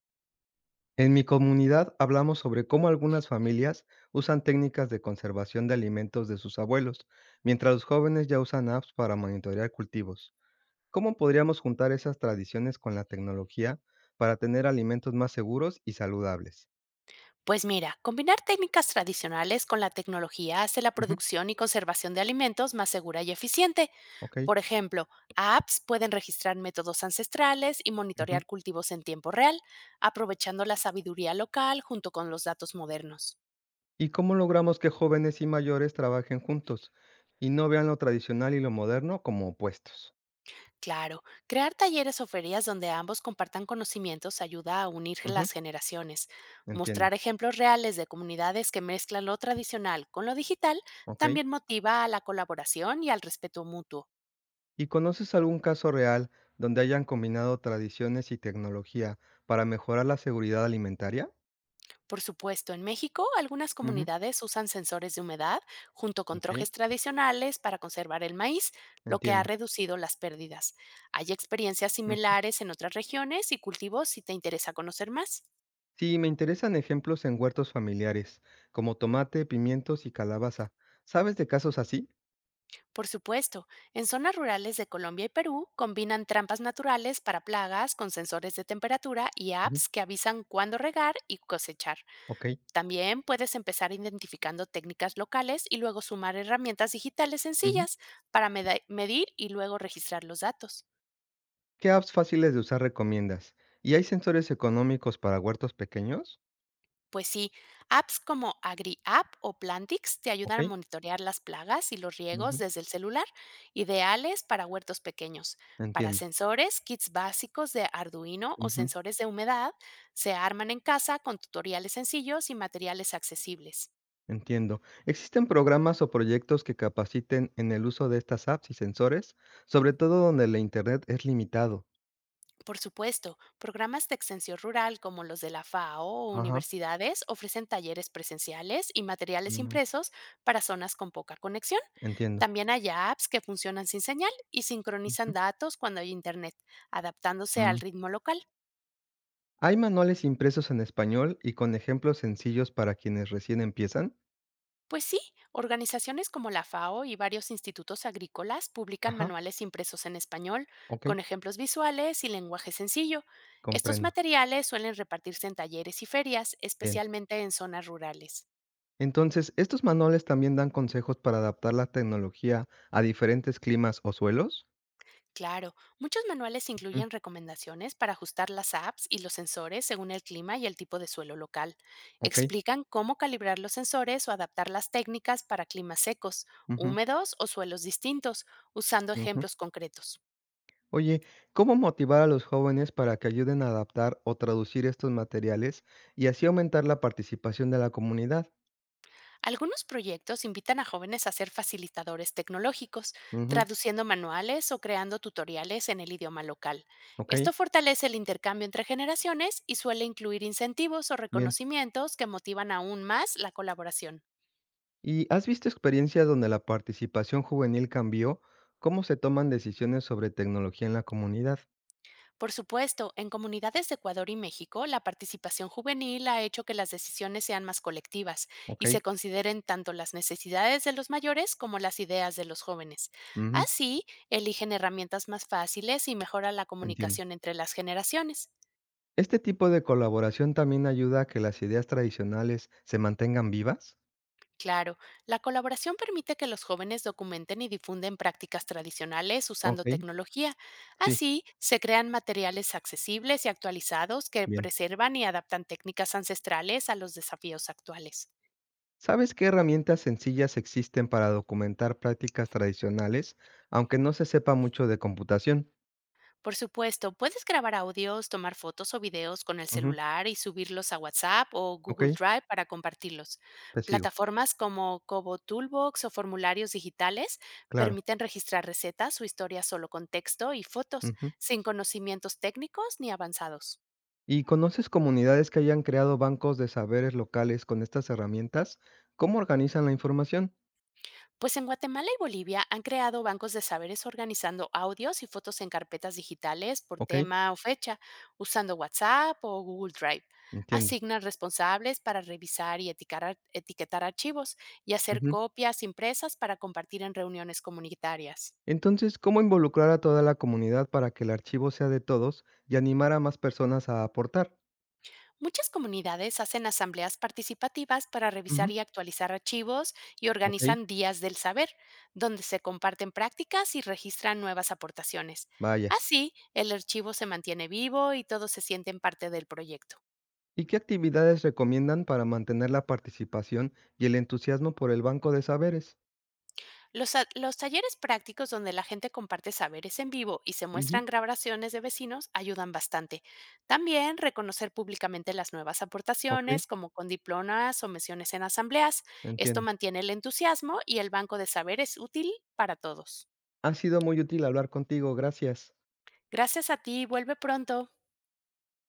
En mi comunidad hablamos sobre cómo algunas familias usan técnicas de conservación de alimentos de sus abuelos, mientras los jóvenes ya usan apps para monitorear cultivos. ¿Cómo podríamos juntar esas tradiciones con la tecnología para tener alimentos más seguros y saludables? Pues mira, combinar técnicas tradicionales con la tecnología hace la Ujú. producción y conservación de alimentos más segura y eficiente. ¿Ok? Por ejemplo, apps pueden registrar métodos ancestrales y Ujú. monitorear cultivos en tiempo real, aprovechando la sabiduría local junto con los datos modernos. ¿Y cómo logramos que jóvenes y mayores trabajen juntos y no vean lo tradicional y lo moderno como opuestos? Claro, crear talleres o ferias donde ambos compartan conocimientos ayuda a unir Ujú. las generaciones. Entiendo. Mostrar ejemplos reales de comunidades que mezclan lo tradicional con lo digital ¿Ok? también motiva a la colaboración y al respeto mutuo. ¿Y conoces algún caso real donde hayan combinado tradiciones y tecnología para mejorar la seguridad alimentaria? Por supuesto, en México algunas Ujú. comunidades usan sensores de humedad junto con Ok, trojes tradicionales para conservar el maíz, lo que ha entiendo. reducido las pérdidas. Hay experiencias Ujú. similares en otras regiones y cultivos si te interesa conocer más. Sí, me interesan ejemplos en huertos familiares, como tomate, pimientos y calabaza. ¿Sabes de casos así? Por supuesto, en zonas rurales de Colombia y Perú combinan trampas naturales para plagas con sensores de temperatura y Ujú. apps que avisan cuándo regar y cosechar. Ok. También puedes empezar identificando técnicas locales y luego sumar herramientas digitales Ujú. sencillas para medir y luego registrar los datos. ¿Qué apps fáciles de usar recomiendas? ¿Y hay sensores económicos para huertos pequeños? Pues sí, apps como AgriApp o Plantix te Ok. ayudan a monitorear las plagas y los riegos Ujú. desde el celular, ideales para huertos pequeños. Para Entiendo. sensores, kits básicos de Arduino o Ujú. sensores de humedad se arman en casa con tutoriales sencillos y materiales accesibles. Entiendo. ¿Existen programas o proyectos que capaciten en el uso de estas apps y sensores, sobre todo donde la internet es limitado? Por supuesto, programas de extensión rural como los de la FAO o Ajá. universidades ofrecen talleres presenciales y materiales Mm. impresos para zonas con poca conexión. Entiendo. También hay apps que funcionan sin señal y sincronizan Ujú. datos cuando hay internet, adaptándose Mm. al ritmo local. ¿Hay manuales impresos en español y con ejemplos sencillos para quienes recién empiezan? Pues sí, organizaciones como la FAO y varios institutos agrícolas publican Ajá. manuales impresos en español, Ok. con ejemplos visuales y lenguaje sencillo. Estos Comprendo. materiales suelen repartirse en talleres y ferias, Bien. especialmente en zonas rurales. Entonces, ¿estos manuales también dan consejos para adaptar la tecnología a diferentes climas o suelos? Claro, muchos manuales Mm. incluyen recomendaciones para ajustar las apps y los sensores según el clima y el tipo de suelo local. Ok. Explican cómo calibrar los sensores o adaptar las técnicas para climas secos, Ujú. húmedos o suelos distintos, usando Ujú. ejemplos concretos. Oye, ¿cómo motivar a los jóvenes para que ayuden a adaptar o traducir estos materiales y así aumentar la participación de la comunidad? Algunos proyectos invitan a jóvenes a ser facilitadores tecnológicos, Ujú, traduciendo manuales o creando tutoriales en el idioma local. ok, Esto fortalece el intercambio entre generaciones y suele incluir incentivos o bien. reconocimientos que motivan aún más la colaboración. ¿Y has visto experiencias donde la participación juvenil cambió? ¿Cómo se toman decisiones sobre tecnología en la comunidad? Por supuesto, en comunidades de Ecuador y México, la participación juvenil ha hecho que las decisiones sean más colectivas Ok, y se consideren tanto las necesidades de los mayores como las ideas de los jóvenes. ujú, Así, eligen herramientas más fáciles y mejora la entiendo. comunicación entre las generaciones. ¿Este tipo de colaboración también ayuda a que las ideas tradicionales se mantengan vivas? Claro, la colaboración permite que los jóvenes documenten y difunden prácticas tradicionales usando Ok, tecnología. sí, Así, se crean materiales accesibles y actualizados que bien. preservan y adaptan técnicas ancestrales a los desafíos actuales. ¿Sabes qué herramientas sencillas existen para documentar prácticas tradicionales, aunque no se sepa mucho de computación? Por supuesto, puedes grabar audios, tomar fotos o videos con el Ujú, celular y subirlos a WhatsApp o Google okey, Drive para compartirlos. te sigo, Plataformas como Kobo Toolbox o formularios digitales claro. permiten registrar recetas o historias solo con texto y fotos, Ujú. sin conocimientos técnicos ni avanzados. ¿Y conoces comunidades que hayan creado bancos de saberes locales con estas herramientas? ¿Cómo organizan la información? Pues en Guatemala y Bolivia han creado bancos de saberes organizando audios y fotos en carpetas digitales por Okey, tema o fecha, usando WhatsApp o Google Drive. entiendo. Asignan responsables para revisar y etiquetar archivos y hacer Ujú. copias impresas para compartir en reuniones comunitarias. Entonces, ¿cómo involucrar a toda la comunidad para que el archivo sea de todos y animar a más personas a aportar? Muchas comunidades hacen asambleas participativas para revisar Ujú. y actualizar archivos y Okey, organizan días del saber, donde se comparten prácticas y registran nuevas aportaciones. vaya. Así, el archivo se mantiene vivo y todos se sienten parte del proyecto. ¿Y qué actividades recomiendan para mantener la participación y el entusiasmo por el banco de saberes? Los talleres prácticos donde la gente comparte saberes en vivo y se Ujú, muestran grabaciones de vecinos ayudan bastante. También reconocer públicamente las nuevas ok, aportaciones, como con diplomas o menciones en asambleas. Esto entiendo. mantiene el entusiasmo y el banco de saberes útil para todos. Ha sido muy útil hablar contigo, gracias. Gracias a ti, vuelve pronto.